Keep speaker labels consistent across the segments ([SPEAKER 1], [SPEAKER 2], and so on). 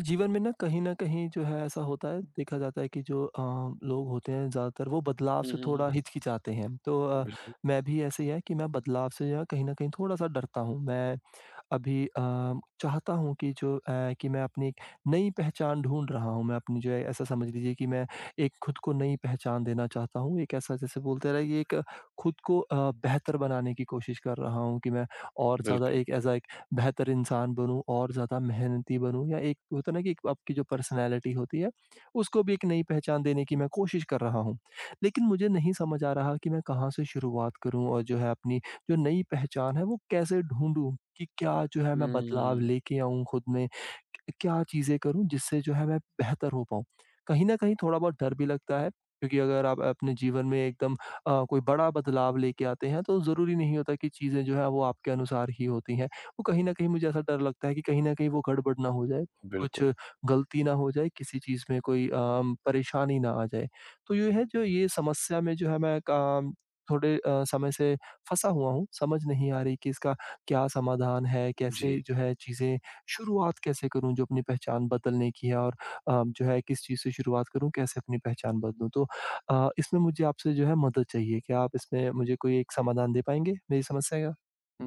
[SPEAKER 1] जीवन में ना कहीं न कहीं जो है ऐसा होता है, देखा जाता है कि जो लोग होते हैं ज़्यादातर वो बदलाव
[SPEAKER 2] हुँ,
[SPEAKER 1] से
[SPEAKER 2] हुँ, हुँ।
[SPEAKER 1] थोड़ा हिचकिचाते हैं। तो
[SPEAKER 2] बिल्कुल,
[SPEAKER 1] मैं भी ऐसे ही है कि मैं बदलाव से जो है कहीं न कहीं थोड़ा-सा डरता हूँ। मैं अभी चाहता हूँ कि जो कि मैं अपनी एक नई पहचान ढूँढ रहा हूँ। मैं अपनी जो है ऐसा समझ लीजिए कि मैं एक खुद को नई पहचान देना चाहता हूँ। एक ऐसा जैसे बोलते हैं ना ये एक खुद को बेहतर बनाने की कोशिश कर रहा हूँ कि मैं और ज़्यादा
[SPEAKER 2] बिल्कुल।
[SPEAKER 1] एक ऐसा एक बेहतर इंसान बनूँ और ज़्यादा मेहनती बनूँ या एक होता है ना कि एक आपकी जो पर्सनैलिटी होती है, उसको भी एक नई पहचान देने की मैं कोशिश कर रहा हूँ। लेकिन मुझे नहीं समझ आ रहा कि मैं कहाँ से शुरुआत करूँ और जो है अपनी जो नई पहचान है वो कैसे ढूँढूँ कि क्या जो है मैं बदलाव
[SPEAKER 2] हुँ,
[SPEAKER 1] लेके आऊँ खुद में? क्या चीज़ें करूँ जिससे जो है मैं बेहतर हो पाऊँ? कहीं न कहीं थोड़ा बहुत डर भी लगता है क्योंकि अगर आप अपने जीवन में एकदम कोई बड़ा बदलाव लेके आते हैं तो ज़रूरी नहीं होता कि चीज़ें जो है वो आपके अनुसार ही होती हैं। वो कहीं न कहीं मुझे ऐसा डर लगता है कि कहीं न कहीं वो गड़बड़ ना हो जाए, कुछ
[SPEAKER 2] बिल्कुल।
[SPEAKER 1] गलती ना हो जाए, किसी चीज़ में कोई परेशानी ना आ जाए। तो ये है जो ये समस्या में जो है मैं काम थोड़े समय से फँसा हुआ हूँ, समझ नहीं आ रही कि इसका क्या समाधान है? कैसे
[SPEAKER 2] जी,
[SPEAKER 1] जो है चीज़ें शुरुआत कैसे करूँ जो अपनी पहचान बदलने की है और जो है किस चीज़ से शुरुआत करूँ? कैसे अपनी पहचान बदलूँ? तो इसमें मुझे आपसे जो है मदद चाहिए। क्या आप इसमें मुझे कोई एक समाधान दे पाएँगे मेरी समस्या का?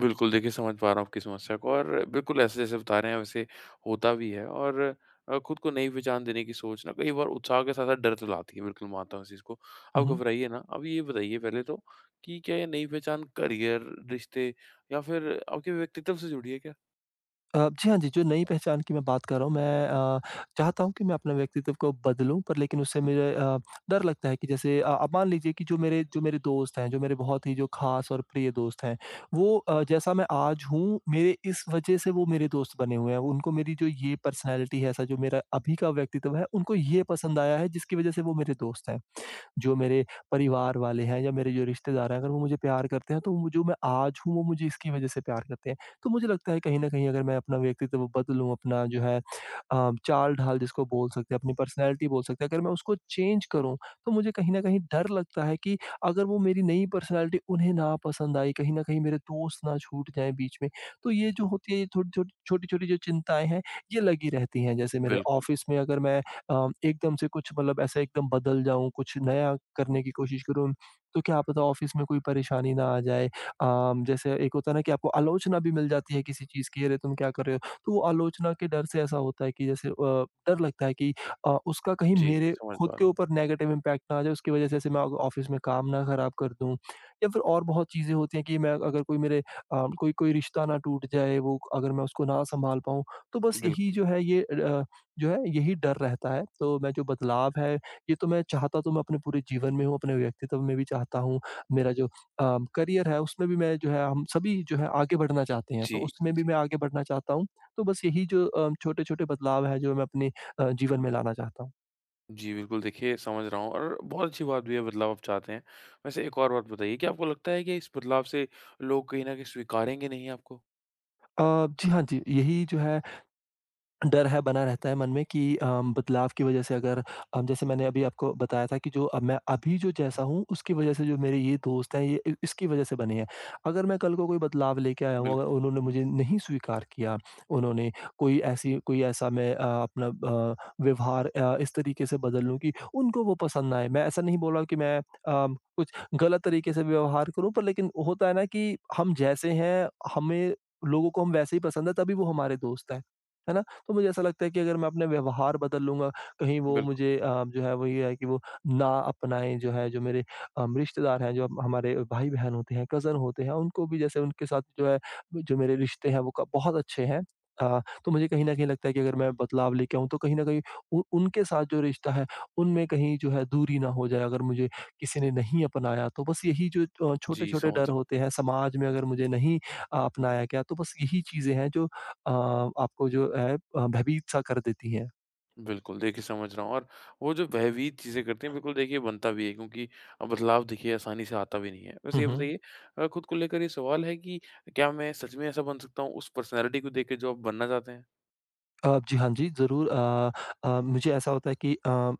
[SPEAKER 2] बिल्कुल देखिए समझ पा रहा हूँ आपकी समस्या को और बिल्कुल ऐसे जैसे बता रहे हैं वैसे होता भी है और खुद को नई पहचान देने की सोच ना कई बार उत्साह के साथ-साथ डर तो लाती है, बिल्कुल मानता हूँ इस चीज़ को।
[SPEAKER 1] हुँ,
[SPEAKER 2] आप
[SPEAKER 1] हुँ।
[SPEAKER 2] घबराइए ना, अब ये बताइए पहले तो कि क्या ये नई पहचान करियर, रिश्ते या फिर आपके व्यक्तित्व से जुड़ी है क्या?
[SPEAKER 1] जी हाँ जी, जो नई पहचान की मैं बात कर रहा हूँ, मैं चाहता हूँ कि मैं अपना व्यक्तित्व को बदलूँ, पर लेकिन उससे मुझे डर लगता है कि जैसे अब मान लीजिए कि जो मेरे दोस्त हैं, जो मेरे बहुत ही जो ख़ास और प्रिय दोस्त हैं, वो जैसा मैं आज हूँ, मेरे इस वजह से वो मेरे दोस्त बने हुए हैं। उनको मेरी जो ये पर्सनैलिटी है, ऐसा जो मेरा अभी का व्यक्तित्व है, उनको ये पसंद आया है, जिसकी वजह से वो मेरे दोस्त हैं। जो मेरे परिवार वाले हैं या मेरे जो रिश्तेदार हैं, अगर वो मुझे प्यार करते हैं, तो वो जो मैं आज हूँ, वो मुझे इसकी वज़ह से प्यार करते हैं। तो मुझे लगता है कहीं न कहीं अगर मैं अपना व्यक्तित्व बदलूँ, अपना जो है चाल-ढाल जिसको बोल सकते हैं, अपनी पर्सनैलिटी बोल सकते हैं, अगर मैं उसको चेंज करूँ, तो मुझे कहीं न कहीं डर लगता है कि अगर वो मेरी नई पर्सनैलिटी उन्हें ना पसंद आई, कहीं न कहीं मेरे दोस्त ना छूट जाएँ बीच में। तो ये जो होती है, ये थोड़ी-थोड़ी छोटी-छोटी जो चिंताएँ हैं, ये लगी रहती हैं। जैसे मेरे
[SPEAKER 2] बिल्कुल।
[SPEAKER 1] ऑफ़िस में अगर मैं एकदम से कुछ मतलब ऐसा एकदम बदल जाऊँ, कुछ नया करने की कोशिश करूँ, तो क्या पता ऑफ़िस में कोई परेशानी ना आ जाए। जैसे एक होता है ना कि आपको आलोचना भी मिल जाती है किसी चीज़ की, "अरे! तुम क्या कर रहे हो?" तो वो आलोचना के डर से ऐसा होता है कि जैसे डर लगता है कि उसका कहीं
[SPEAKER 2] जी,
[SPEAKER 1] मेरे
[SPEAKER 2] समझ
[SPEAKER 1] खुद
[SPEAKER 2] पा रहा
[SPEAKER 1] के
[SPEAKER 2] हूँ।
[SPEAKER 1] ऊपर नेगेटिव इम्पैक्ट ना आ जाए, उसकी वजह से जैसे मैं अग ऑफ़िस में काम ना खराब कर दूँ। या फिर और बहुत चीज़ें होती हैं कि मैं अगर कोई मेरे कोई कोई रिश्ता ना टूट जाए, वो अगर मैं उसको ना सँभाल पाऊँ। तो बस यही
[SPEAKER 2] बिल्कुल।
[SPEAKER 1] जो है ये जो है यही डर रहता है। तो मैं जो बदलाव है ये तो मैं चाहता तो मैं अपने पूरे जीवन में हूँ, अपने व्यक्तित्व में भी चाहता हूँ। मेरा जो करियर है उसमें भी मैं जो है हम सभी जो है आगे बढ़ना चाहते हैं, तो
[SPEAKER 2] जी,
[SPEAKER 1] उसमें भी मैं
[SPEAKER 2] जी।
[SPEAKER 1] आगे बढ़ना चाहता हूँ। तो बस यही जो छोटे-छोटे बदलाव हैं जो मैं अपने जीवन में लाना चाहता हूँ।
[SPEAKER 2] जी, बिल्कुल देखिए समझ रहा हूँ और बहुत अच्छी बात भी है बदलाव आप चाहते हैं। वैसे एक और बात बताइए कि आपको लगता है कि इस बदलाव से लोग कहीं न कहीं स्वीकारेंगे नहीं आपको?
[SPEAKER 1] अ, जी हाँ जी, यही जो है डर है बना रहता है मन में कि बदलाव की वजह से अगर जैसे मैंने अभी आपको बताया था कि जो अब मैं अभी जो जैसा हूँ उसकी वजह से जो मेरे ये दोस्त हैं ये इसकी वजह से बने हैं अगर मैं कल को कोई बदलाव लेके आया हूँ अगर
[SPEAKER 2] बिल्कुल,
[SPEAKER 1] उन्होंने मुझे नहीं स्वीकार किया उन्होंने कोई ऐसी कोई ऐसा मैं अपना व्यवहार इस तरीके से बदल लूँ कि उनको वो पसंद ना आए मैं ऐसा नहीं बोल रहा कि मैं कुछ गलत तरीके से व्यवहार करूँ पर लेकिन होता है ना कि हम जैसे हैं हमें लोगों को हम वैसे ही पसंद है तभी वो हमारे दोस्त हैं है ना तो मुझे ऐसा लगता है कि अगर मैं अपने व्यवहार बदल लूँगा, कहीं वो
[SPEAKER 2] बिल्कुल।
[SPEAKER 1] मुझे जो है वो ये है कि वो ना अपनाएँ जो है, जो मेरे रिश्तेदार हैं, जो हमारे भाई-बहन होते हैं, कज़न होते हैं, उनको भी जैसे उनके साथ जो है, जो मेरे रिश्ते हैं वो क बहुत अच्छे हैं। तो मुझे कहीं न कहीं लगता है कि अगर मैं बदलाव लेके आऊँ, तो कहीं न कहीं उ उनके साथ जो रिश्ता है, उनमें कहीं जो है दूरी ना हो जाए, अगर मुझे किसी ने नहीं अपनाया तो। बस यही जो
[SPEAKER 2] जी,
[SPEAKER 1] छोटे-छोटे
[SPEAKER 2] समझ
[SPEAKER 1] डर
[SPEAKER 2] रहा
[SPEAKER 1] होते हैं, समाज में अगर मुझे नहीं अपनाया गया, तो बस यही चीज़ें हैं जो अ, आपको जो है भयभीत-सा कर देती हैं।
[SPEAKER 2] हूँ। बिल्कुल, देखिए समझ रहा हूँ और वो जो भयभीत चीज़ें करते हैं बिल्कुल देखिए बनता भी है क्योंकि बदलाव देखिए आसानी से आता भी नहीं है। वैसे
[SPEAKER 1] हुँ,
[SPEAKER 2] ये
[SPEAKER 1] हुँ।
[SPEAKER 2] बताइए खुद को लेकर ये सवाल है कि क्या मैं सच में ऐसा बन सकता हूँ उस पर्सनैलिटी को देख के जो आप बनना चाहते हैं?
[SPEAKER 1] जी, हाँ जी, ज़रूर मुझे ऐसा होता है कि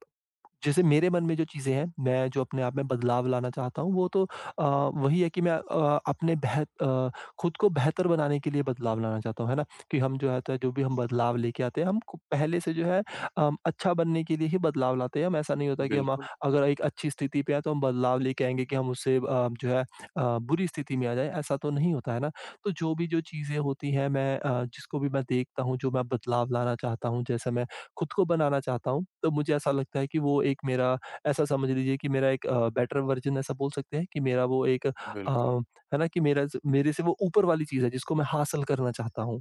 [SPEAKER 1] जैसे मेरे मन में जो चीज़ें हैं, मैं जो अपने आप में बदलाव लाना चाहता हूँ, वो तो वही है कि मैं अपने खुद को बेहतर बनाने के लिए बदलाव लाना चाहता हूँ, है ना? कि हम जो है त जो भी हम बदलाव लेके आते हैं, हम को पहले से जो है अच्छा बनने के लिए ही बदलाव लाते हैं। हम ऐसा नहीं होता कि हम
[SPEAKER 2] बिल्कुल,
[SPEAKER 1] अगर एक अच्छी स्थिति पे हैं, तो हम बदलाव लेके आएँगे कि हम उससे जो है बुरी स्थिति में आ जाएँ, ऐसा तो नहीं होता है ना? तो जो भी जो चीज़ें होती हैं, मैं जिसको भी मैं देखता हूँ, जो मैं बदलाव लाना चाहता हूँ, जैसे मैं खुद को बनाना चाहता हूँ, तो मुझे ऐसा लगता है कि वो एक मेरा ऐसा समझ लीजिए कि मेरा एक बेटर वर्ज़न ऐसा बोल सकते हैं कि मेरा वो एक
[SPEAKER 2] बिल्कुल।
[SPEAKER 1] है ना कि मेरा ज मेरे से वो ऊपर वाली चीज़ है जिसको मैं हासिल करना चाहता हूँ।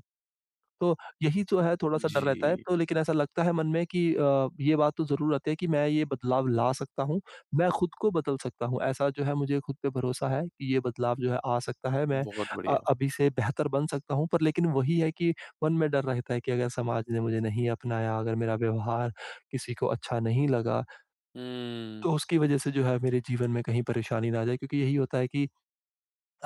[SPEAKER 1] तो यही जो है थोड़ा-सा डर रहता है,
[SPEAKER 2] जी,
[SPEAKER 1] तो लेकिन ऐसा लगता है मन में कि ये बात तो ज़रूर आती है कि मैं ये बदलाव ला सकता हूँ, मैं खुद को बदल सकता हूँ। ऐसा जो है मुझे खुद पे भरोसा है कि ये बदलाव जो है आ सकता है, मैं
[SPEAKER 2] बहुत बढ़िया।
[SPEAKER 1] अभी से बेहतर बन सकता हूँ। पर लेकिन वही है कि मन में डर रहता है कि अगर समाज ने मुझे नहीं अपनाया, अगर मेरा व्यवहार किसी को अच्छा नहीं लगा,
[SPEAKER 2] हुँ,
[SPEAKER 1] तो उसकी वज़ह से जो है मेरे जीवन में कहीं परेशानी ना आ जाए क्योंकि यही होता है कि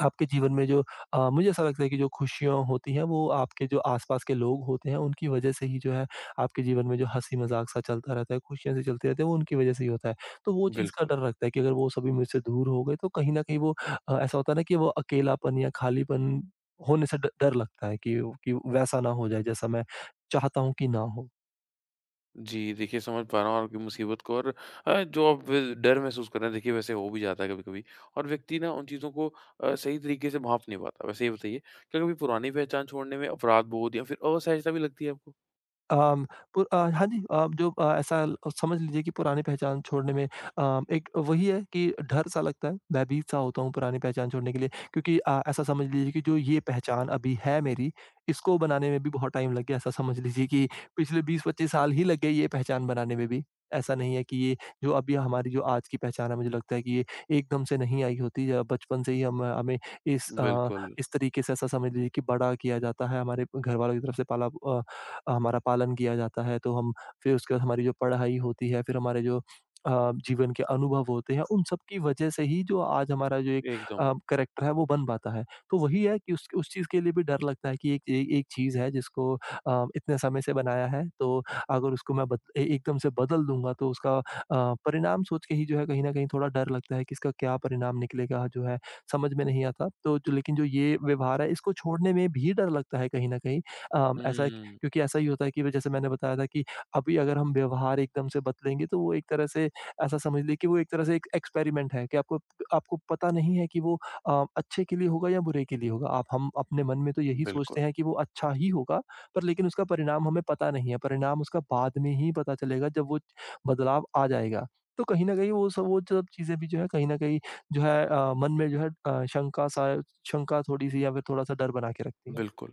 [SPEAKER 1] आपके जीवन में जो मुझे ऐसा लगता है कि जो खुशियाँ होती हैं वो आपके जो आस-पास के लोग होते हैं उनकी वजह से ही जो है आपके जीवन में जो हँसी-मज़ाक सा चलता रहता है, खुशियाँ सी चलती रहती है वो उनकी वजह से ही होता है। तो वो चीज़ का
[SPEAKER 2] बिल्कुल।
[SPEAKER 1] डर लगता है कि अगर वो सभी मुझसे दूर हो गए तो कहीं न कहीं वो ऐसा होता है ना कि वो अकेलापन या खालीपन होने से ड डर लगता है कि वैसा ना हो जाए जैसा मैं चाहता हूँ कि ना हो।
[SPEAKER 2] जी, देखिए समझ पा रहा हूँ आपकी मुसीबत को और जो आप डर महसूस कर रहे हैं देखिए वैसे हो भी जाता है कभी-कभी और व्यक्ति ना उन चीज़ों को सही तरीके से भाँप नहीं पाता। वैसे ये बताइए क्या कभी पुरानी पहचान छोड़ने में अपराध बोध या फिर असहजता भी लगती है आपको?
[SPEAKER 1] अम, हाँ जी जो ऐसा ल समझ लीजिए कि पुरानी पहचान छोड़ने में एक वही है कि डर सा लगता है, भयभीत सा होता हूँ पुरानी पहचान छोड़ने के लिए क्योंकि ऐसा समझ लीजिए कि जो ये पहचान अभी है मेरी, इसको बनाने में भी बहुत टाइम लग गया। ऐसा समझ लीजिए कि पिछले 20-25 साल ही लग गए ये पहचान बनाने में भी। ऐसा नहीं है कि ये जो अभी हमारी जो आज की पहचान है, मुझे लगता है कि ये एकदम से नहीं आई होती या बचपन से ही हम हमें इस
[SPEAKER 2] बिल्कुल,
[SPEAKER 1] इस तरीके से ऐसा समझ लीजिए कि बड़ा किया जाता है, हमारे घरवालों की तरफ से हमारा पालन किया जाता है, तो हम फिर उसके बाद हमारी जो पढ़ाई होती है, फिर हमारे जो अ, जीवन के अनुभव होते हैं, उन सब की वजह से ही जो आज हमारा जो एक
[SPEAKER 2] एकदम।
[SPEAKER 1] करैक्टर है वो बन पाता है। तो वही है कि उस चीज़ के लिए भी डर लगता है कि एक ए एक चीज़ है जिसको इतने समय से बनाया है, तो अगर उसको मैं बद ए एकदम से बदल दूँगा तो उसका परिणाम सोच के ही जो है कहीं न कहीं थोड़ा डर लगता है कि इसका क्या परिणाम निकलेगा जो है, समझ में नहीं आता। तो जो लेकिन जो ये व्यवहार है इसको छोड़ने में भी डर लगता है कहीं न कहीं। अ, ऐसा
[SPEAKER 2] हुँ,
[SPEAKER 1] क्योंकि ऐसा ही होता है कि ब जैसे मैंने बताया था कि अभी अगर हम व्यवहार एकदम से बदलेंगे तो वो एक तरह से ऐसा समझ लें कि वो एक तरह से एक एक्सपेरिमेंट है कि आपको आपको पता नहीं है कि वो अच्छे के लिए होगा या बुरे के लिए होगा। आप हम अपने मन में तो यही
[SPEAKER 2] बिल्कुल,
[SPEAKER 1] सोचते हैं कि वो अच्छा ही होगा, पर लेकिन उसका परिणाम हमें पता नहीं है। परिणाम उसका बाद में ही पता चलेगा जब वो बदलाव आ जाएगा। तो कहीं न कहीं वो सब चीज़ें भी जो है कहीं न कहीं जो है मन में जो है शंका थोड़ी-सी या फिर थोड़ा-सा डर बना के रखती है।
[SPEAKER 2] बिल्कुल।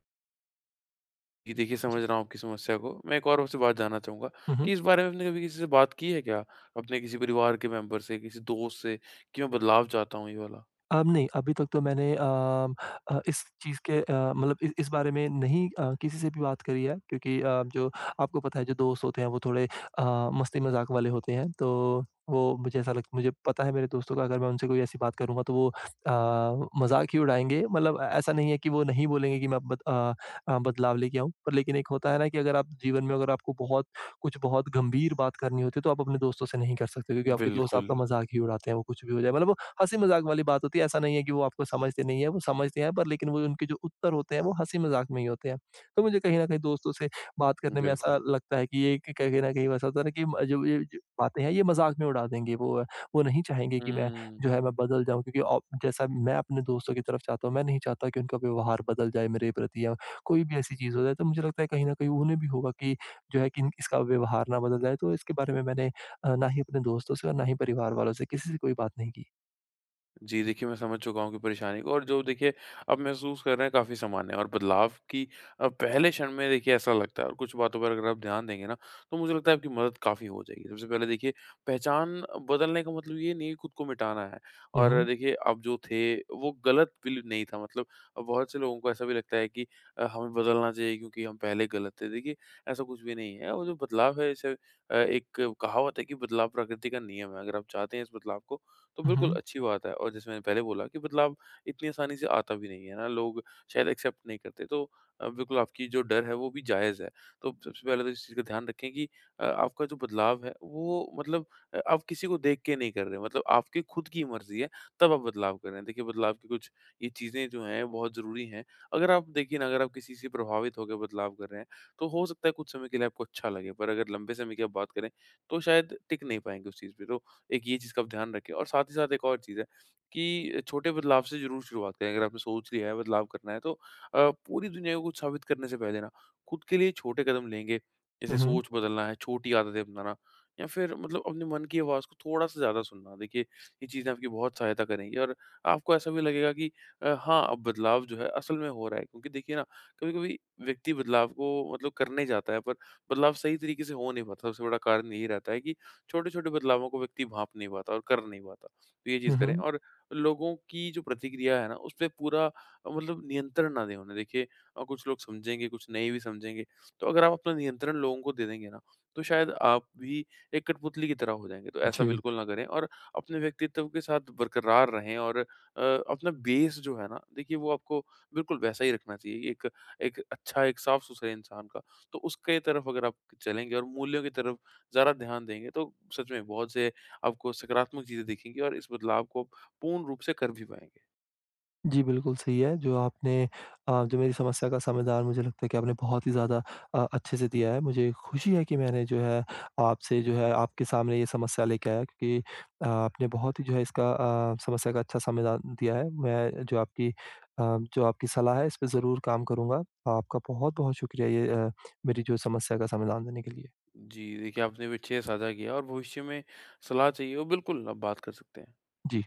[SPEAKER 2] जी, देखिए
[SPEAKER 1] जी।
[SPEAKER 2] समझ रहा हूँ आपकी समस्या को। मैं एक और आपसे बात जानना चाहूँगा
[SPEAKER 1] हुँ, हुँ।
[SPEAKER 2] कि इस बारे में आपने कभी किसी से बात की है क्या? अपने किसी परिवार के मेंबर से, किसी दोस्त से कि मैं बदलाव चाहता हूँ ये वाला?
[SPEAKER 1] अब नहीं, अभी तक तो मैंने इस चीज़ के मतलब इ इस बारे में नहीं किसी से भी बात करी है क्योंकि जो आपको पता है जो दोस्त होते हैं वो थोड़े मस्ती-मज़ाक वाले होते हैं। तो वो मुझे ऐसा लग मुझे पता है मेरे दोस्तों का अगर मैं उनसे कोई ऐसी बात करूँगा तो वो मज़ाक ही उड़ाएँगे। मतलब ऐसा नहीं है कि वो नहीं बोलेंगे कि मैं बद अ बदलाव लेके आऊँ। पर लेकिन एक होता है ना कि अगर आप जीवन में अगर आपको बहुत गंभीर बात करनी होती है तो आप अपने दोस्तों से नहीं कर सकते क्योंकि आपके दोस्त
[SPEAKER 2] बिल्कुल,
[SPEAKER 1] आपका मज़ाक ही उड़ाते हैं, वो कुछ भी हो जाए। मतलब हँसी मज़ाक वाली बात होती है, ऐसा नहीं है कि वो आपको समझते नहीं है, वो समझते हैं पर लेकिन वो उनके जो उत्तर होते हैं वो हँसी मज़ाक में ही होते हैं। तो मुझे कहीं न कहीं दोस्तों से बात करने में ऐसा
[SPEAKER 2] बिल्कुल।
[SPEAKER 1] लगता है कि ये क कहीं न कहीं वैसा होता है ना कि म जो ये ज बातें हैं ये मज़ाक में उड़ा देंगे वो नहीं चाहेंगे कि मैं
[SPEAKER 2] हुँ।
[SPEAKER 1] जो है मैं बदल जाऊँ क्योंकि औ जैसा मैं अपने दोस्तों की तरफ चाहता हूँ, मैं नहीं चाहता कि उनका व्यवहार बदल जाए मेरे प्रति या कोई भी ऐसी चीज़ हो जाए। तो मुझे लगता है कहीं न कहीं उन्हें भी होगा कि जो है कि इसका व्यवहार ना बदल जाए, तो इसके बारे में मैंने ना ही अपने दोस्तों से और ना ही परिवार वालों से किसी से कोई बात नहीं की।
[SPEAKER 2] जी, देखिए मैं समझ चुका हूँ कि परेशानी को और जो देखिए आप महसूस कर रहे हैं काफ़ी सामान्य है और बदलाव की पहले क्षण में देखिए ऐसा लगता है और कुछ बातों पर अगर आप ध्यान देंगे ना, तो मुझे लगता है आपकी मदद काफ़ी हो जाएगी। सबसे पहले देखिए पहचान बदलने का मतलब ये नहीं है खुद को मिटाना है
[SPEAKER 1] हुँ,
[SPEAKER 2] और
[SPEAKER 1] हुँ।
[SPEAKER 2] देखिए आप जो थे वो गलत बिल नहीं था मतलब बहुत से लोगों को ऐसा भी लगता है कि हमें बदलना चाहिए क्योंकि हम पहले गलत थे। देखिए ऐसा कुछ भी नहीं है और जो बदलाव है इसे एक कहावत है कि बदलाव प्रकृति का नियम है। अगर आप चाहते हैं इस बदलाव को तो
[SPEAKER 1] हुँ,
[SPEAKER 2] बिल्कुल
[SPEAKER 1] हुँ।
[SPEAKER 2] अच्छी बात है और जैसे मैंने पहले बोला कि बदलाव इतनी आसानी से आता भी नहीं है ना, लोग शायद एक्सेप्ट नहीं करते। तो बिल्कुल आपकी जो डर है वो भी जायज़ है। तो सबसे पहले तो इस चीज़ का ध्यान रखें कि आपका जो बदलाव है वो मतलब आप किसी को देख के नहीं कर रहे हैं, मतलब आपकी खुद की मर्ज़ी है तब आप बदलाव कर रहे हैं। देखिए बदलाव की कुछ ये चीज़ें जो हैं बहुत ज़रूरी हैं। अगर आप देखिए ना अगर आप किसी से प्रभावित होकर बदलाव कर रहे हैं, तो हो सकता है कुछ समय के लिए आपको अच्छा लगे, पर अगर लंबे समय की आप बात करें, तो शायद टिक नहीं पाएँगे उस चीज़ पे। तो एक ये चीज़ का आप ध्यान रखें और साथ ही साथ एक और चीज़ है कि छोटे बदलाव से ज़रूर शुरुआत करें। अगर आपने सोच लिया है बदलाव करना है तो पूरी दुनिया को कुछ साबित करने से पहले ना खुद के लिए छोटे कदम लेंगे। जैसे
[SPEAKER 1] हुँ, हुँ।
[SPEAKER 2] सोच बदलना है, छोटी आदतें अपनाना या फिर मतलब अपने मन की आवाज़ को थोड़ा-सा ज़्यादा सुनना। देखिए ये चीज़ें आपकी बहुत सहायता करेंगी और आपको ऐसा भी लगेगा कि हाँ, अब बदलाव जो है असल में हो रहा है। क्योंकि देखिए ना कभी-कभी व्यक्ति बदलाव को मतलब करने जाता है पर बदलाव सही तरीके से हो नहीं पाता। सबसे बड़ा कारण यही रहता है कि छोटे-छोटे बदलावों को व्यक्ति भाँप नहीं पाता और कर नहीं पाता। तो ये चीज़
[SPEAKER 1] हुँ,
[SPEAKER 2] करें
[SPEAKER 1] हुँ।
[SPEAKER 2] और लोगों की जो प्रतिक्रिया है ना, उसपे पूरा मतलब नियंत्रण ना दें उन्हें। देखिए कुछ लोग समझेंगे, कुछ नहीं भी समझेंगे। तो अगर आप अपना नियंत्रण लोगों को दे देंगे ना, तो शायद आप भी एक कठपुतली की तरह हो जाएँगे। तो ऐसा
[SPEAKER 1] जी।
[SPEAKER 2] बिल्कुल ना करें और अपने व्यक्तित्व के साथ बरकरार रहें और अपना बेस जो है ना, देखिए वो आपको बिल्कुल वैसा ही रखना चाहिए। एक एक अच्छा, एक साफ-सुथरे इंसान का। तो उसके तरफ अगर आप चलेंगे और मूल्यों की तरफ ज़रा ध्यान देंगे तो सच में बहुत से आपको सकारात्मक चीज़ें दिखेंगी और इस बदलाव को आप पूर्ण रूप से कर भी पाएँगे।
[SPEAKER 1] जी, बिल्कुल सही है जो आपने जो मेरी समस्या का समाधान मुझे लगता है कि आपने बहुत ही ज़्यादा अच्छे से दिया है। मुझे खुशी है कि मैंने जो है आपसे जो है आपके सामने ये समस्या लेके आया क्योंकि आपने बहुत ही जो है इसका समस्या का अच्छा समाधान दिया है। मैं जो आपकी अ, जो आपकी सलाह है इस पे ज़रूर काम करूँगा। आपका बहुत-बहुत शुक्रिया ये मेरी जो समस्या का समाधान देने के लिए।
[SPEAKER 2] जी, देखिए आपने विषय साझा किया और भविष्य में सलाह चाहिए हो बिल्कुल आप बात कर सकते हैं।
[SPEAKER 1] जी।